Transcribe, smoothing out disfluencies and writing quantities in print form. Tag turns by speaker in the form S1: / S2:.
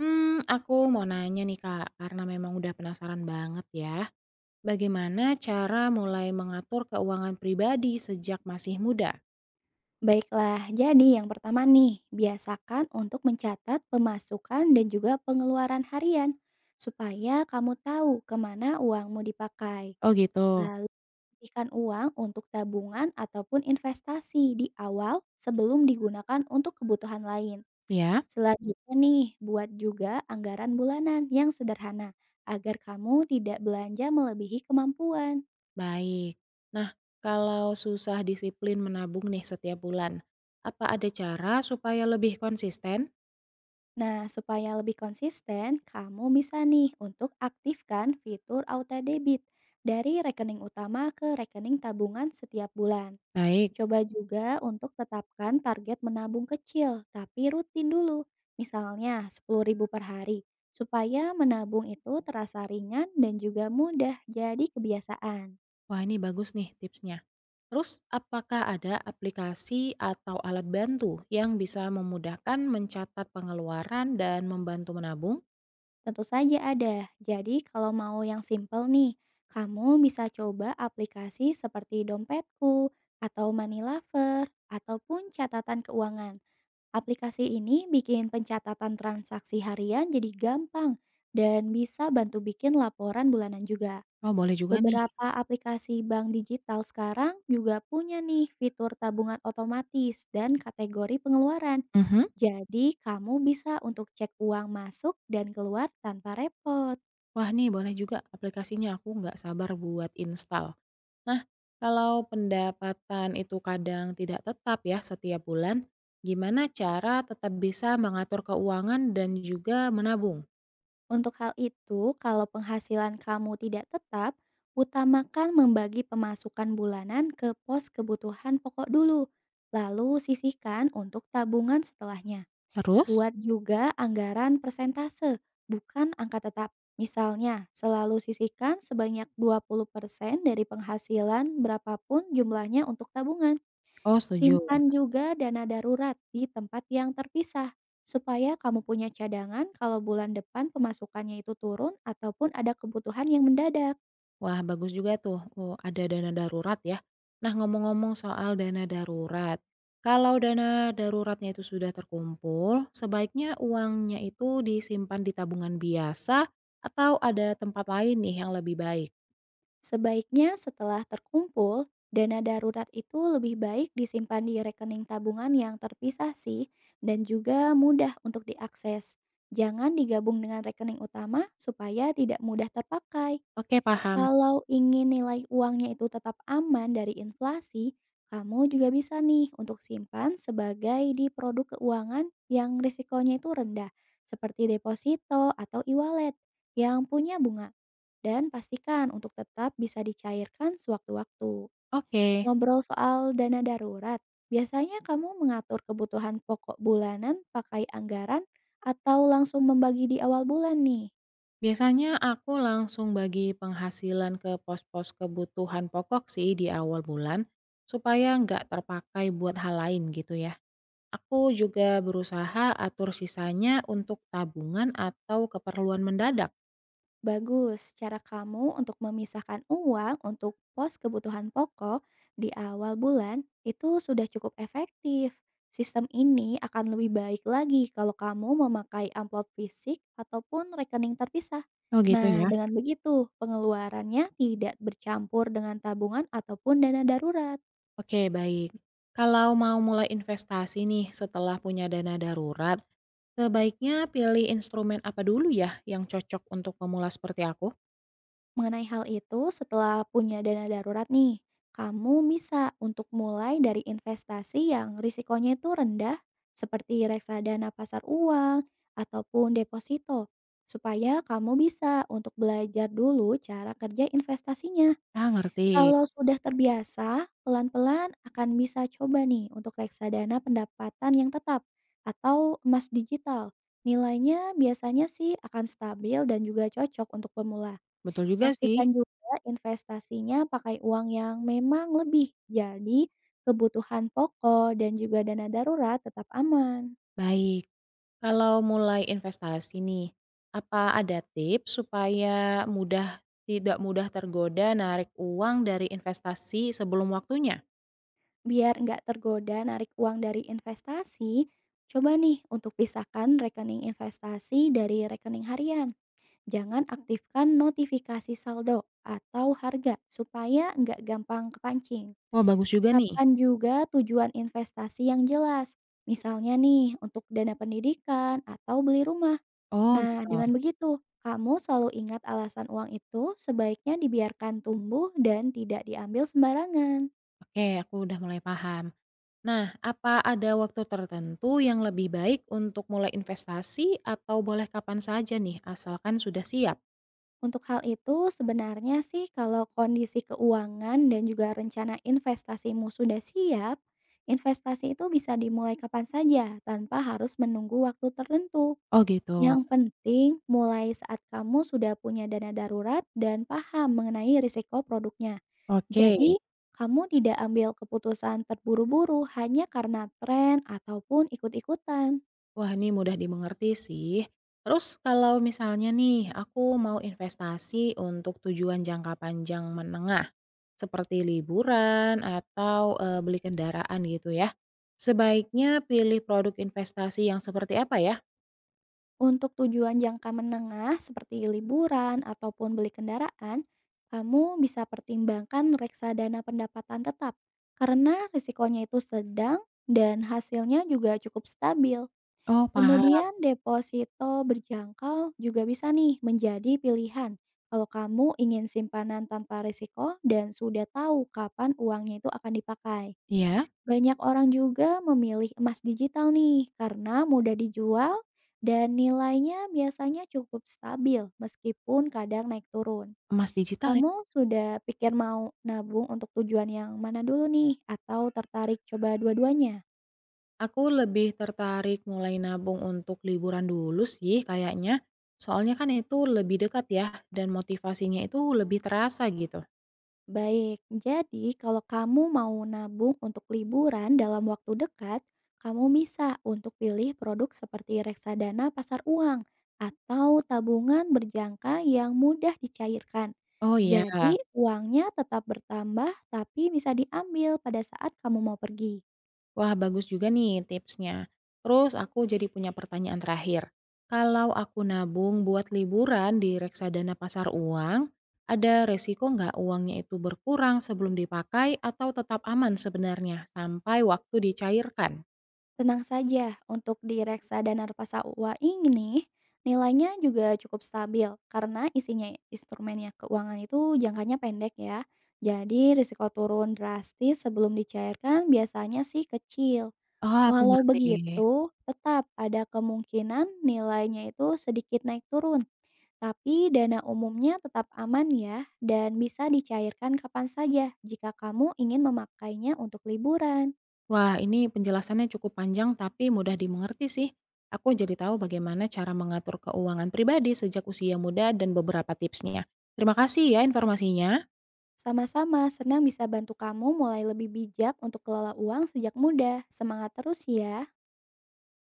S1: Hmm, aku mau nanya nih Kak, karena memang udah penasaran banget ya. Bagaimana cara mulai mengatur keuangan pribadi sejak masih muda?
S2: Baiklah, jadi yang pertama nih, biasakan untuk mencatat pemasukan dan juga pengeluaran harian, supaya kamu tahu kemana uangmu dipakai.
S1: Oh gitu.
S2: Lalu, pastikan uang untuk tabungan ataupun investasi di awal sebelum digunakan untuk kebutuhan lain.
S1: Ya,
S2: Selanjutnya nih, buat juga anggaran bulanan yang sederhana, agar kamu tidak belanja melebihi kemampuan.
S1: baik. Nah, kalau susah disiplin menabung nih setiap bulan, apa ada cara supaya lebih konsisten?
S2: Nah, supaya lebih konsisten, kamu bisa nih untuk aktifkan fitur auto debit dari rekening utama ke rekening tabungan setiap bulan.
S1: Baik.
S2: Coba juga untuk tetapkan target menabung kecil, tapi rutin dulu. Misalnya 10.000 per hari, supaya menabung itu terasa ringan dan juga mudah jadi kebiasaan.
S1: Wah, ini bagus nih tipsnya. Terus, apakah ada aplikasi atau alat bantu yang bisa memudahkan mencatat pengeluaran dan membantu menabung?
S2: Tentu saja ada. Jadi kalau mau yang simple nih, kamu bisa coba aplikasi seperti Dompetku atau Money Lover ataupun catatan keuangan. Aplikasi ini bikin pencatatan transaksi harian jadi gampang dan bisa bantu bikin laporan bulanan juga.
S1: Oh, boleh juga nih.
S2: Beberapa aplikasi bank digital sekarang juga punya nih fitur tabungan otomatis dan kategori pengeluaran.
S1: Mhm.
S2: Jadi, kamu bisa untuk cek uang masuk dan keluar tanpa repot.
S1: Wah nih boleh juga aplikasinya, aku nggak sabar buat install. Nah, kalau pendapatan itu kadang tidak tetap ya setiap bulan, gimana cara tetap bisa mengatur keuangan dan juga menabung?
S2: Untuk hal itu, kalau penghasilan kamu tidak tetap, utamakan membagi pemasukan bulanan ke pos kebutuhan pokok dulu, lalu sisihkan untuk tabungan setelahnya.
S1: Terus?
S2: Buat juga anggaran persentase, bukan angka tetap. Misalnya, selalu sisihkan sebanyak 20% dari penghasilan berapapun jumlahnya untuk tabungan.
S1: Oh setuju.
S2: Simpan juga dana darurat di tempat yang terpisah, supaya kamu punya cadangan kalau bulan depan pemasukannya itu turun ataupun ada kebutuhan yang mendadak.
S1: Wah, bagus juga tuh, oh, ada dana darurat ya. Nah, ngomong-ngomong soal dana darurat, kalau dana daruratnya itu sudah terkumpul, sebaiknya uangnya itu disimpan di tabungan biasa atau ada tempat lain nih yang lebih baik?
S2: Sebaiknya setelah terkumpul, dana darurat itu lebih baik disimpan di rekening tabungan yang terpisah sih dan juga mudah untuk diakses. Jangan digabung dengan rekening utama supaya tidak mudah terpakai.
S1: Oke, paham.
S2: Kalau ingin nilai uangnya itu tetap aman dari inflasi, kamu juga bisa nih untuk simpan sebagai di produk keuangan yang risikonya itu rendah, seperti deposito atau e-wallet yang punya bunga. Dan pastikan untuk tetap bisa dicairkan sewaktu-waktu.
S1: Oke,
S2: Ngobrol soal dana darurat, biasanya kamu mengatur kebutuhan pokok bulanan pakai anggaran atau langsung membagi di awal bulan nih?
S1: biasanya aku langsung bagi penghasilan ke pos-pos kebutuhan pokok sih di awal bulan, supaya nggak terpakai buat hal lain gitu ya. Aku juga berusaha atur sisanya untuk tabungan atau keperluan mendadak.
S2: Bagus, cara kamu untuk memisahkan uang untuk pos kebutuhan pokok di awal bulan itu sudah cukup efektif. Sistem ini akan lebih baik lagi kalau kamu memakai amplop fisik ataupun rekening terpisah.
S1: Oh gitu ya.
S2: Nah, dengan begitu pengeluarannya tidak bercampur dengan tabungan ataupun dana darurat.
S1: Oke, baik. Kalau mau mulai investasi nih setelah punya dana darurat, sebaiknya pilih instrumen apa dulu ya yang cocok untuk pemula seperti aku?
S2: Mengenai hal itu, setelah punya dana darurat nih, kamu bisa untuk mulai dari investasi yang risikonya itu rendah seperti reksadana pasar uang ataupun deposito supaya kamu bisa untuk belajar dulu cara kerja investasinya.
S1: Ah ngerti.
S2: Kalau sudah terbiasa, pelan-pelan akan bisa coba nih untuk reksadana pendapatan yang tetap atau emas digital. Nilainya biasanya sih akan stabil dan juga cocok untuk pemula.
S1: Betul juga sih.
S2: Pastikan juga investasinya pakai uang yang memang lebih, jadi kebutuhan pokok dan juga dana darurat tetap aman.
S1: Baik, kalau mulai investasi nih, apa ada tips supaya tidak mudah tergoda narik uang dari investasi sebelum waktunya?
S2: Biar nggak tergoda narik uang dari investasi, coba nih untuk pisahkan rekening investasi dari rekening harian. Jangan aktifkan notifikasi saldo atau harga supaya nggak gampang kepancing.
S1: Wah bagus juga nih.
S2: Tetapkan juga tujuan investasi yang jelas, misalnya nih untuk dana pendidikan atau beli rumah.
S1: Oh gitu,
S2: Nah, dengan begitu, kamu selalu ingat alasan uang itu sebaiknya dibiarkan tumbuh dan tidak diambil sembarangan.
S1: oke aku udah mulai paham. Nah, apa ada waktu tertentu yang lebih baik untuk mulai investasi atau boleh kapan saja nih asalkan sudah siap?
S2: Untuk hal itu, sebenarnya sih kalau kondisi keuangan dan juga rencana investasimu sudah siap, investasi itu bisa dimulai kapan saja tanpa harus menunggu waktu tertentu.
S1: Oh gitu,
S2: Yang penting, mulai saat kamu sudah punya dana darurat dan paham mengenai risiko produknya.
S1: oke.
S2: Jadi, kamu tidak ambil keputusan terburu-buru hanya karena tren ataupun ikut-ikutan.
S1: Wah ini mudah dimengerti sih. Terus kalau misalnya nih aku mau investasi untuk tujuan jangka panjang menengah, seperti liburan atau beli kendaraan gitu ya, sebaiknya pilih produk investasi yang seperti apa ya?
S2: Untuk tujuan jangka menengah seperti liburan ataupun beli kendaraan, kamu bisa pertimbangkan reksadana pendapatan tetap karena risikonya itu sedang dan hasilnya juga cukup stabil.
S1: Oh paham,
S2: Kemudian deposito berjangkau juga bisa nih menjadi pilihan kalau kamu ingin simpanan tanpa risiko dan sudah tahu kapan uangnya itu akan dipakai.
S1: ya.
S2: Banyak orang juga memilih emas digital nih karena mudah dijual dan nilainya biasanya cukup stabil meskipun kadang naik turun.
S1: Emas digital ya?
S2: Kamu sudah pikir mau nabung untuk tujuan yang mana dulu nih atau tertarik coba dua-duanya?
S1: Aku lebih tertarik mulai nabung untuk liburan dulu sih kayaknya. Soalnya kan itu lebih dekat ya dan motivasinya itu lebih terasa gitu.
S2: Baik, jadi kalau kamu mau nabung untuk liburan dalam waktu dekat, kamu bisa untuk pilih produk seperti reksadana pasar uang atau tabungan berjangka yang mudah dicairkan.
S1: Oh iya.
S2: Jadi, uangnya tetap bertambah tapi bisa diambil pada saat kamu mau pergi.
S1: Wah, bagus juga nih tipsnya. Terus aku jadi punya pertanyaan terakhir. Kalau aku nabung buat liburan di reksadana pasar uang, ada resiko nggak uangnya itu berkurang sebelum dipakai atau tetap aman sebenarnya sampai waktu dicairkan?
S2: Tenang saja, untuk di reksadana pasar uang ini nilainya juga cukup stabil karena isinya instrumennya keuangan itu jangkanya pendek ya. Jadi risiko turun drastis sebelum dicairkan biasanya sih kecil.
S1: Oh, aku
S2: Walau
S1: ngerti.
S2: begitu, tetap ada kemungkinan nilainya itu sedikit naik turun. Tapi dana umumnya tetap aman ya dan bisa dicairkan kapan saja jika kamu ingin memakainya untuk liburan.
S1: Wah, ini penjelasannya cukup panjang tapi mudah dimengerti sih. Aku jadi tahu bagaimana cara mengatur keuangan pribadi sejak usia muda dan beberapa tipsnya. Terima kasih ya informasinya.
S2: Sama-sama, senang bisa bantu kamu mulai lebih bijak untuk kelola uang sejak muda. Semangat terus ya!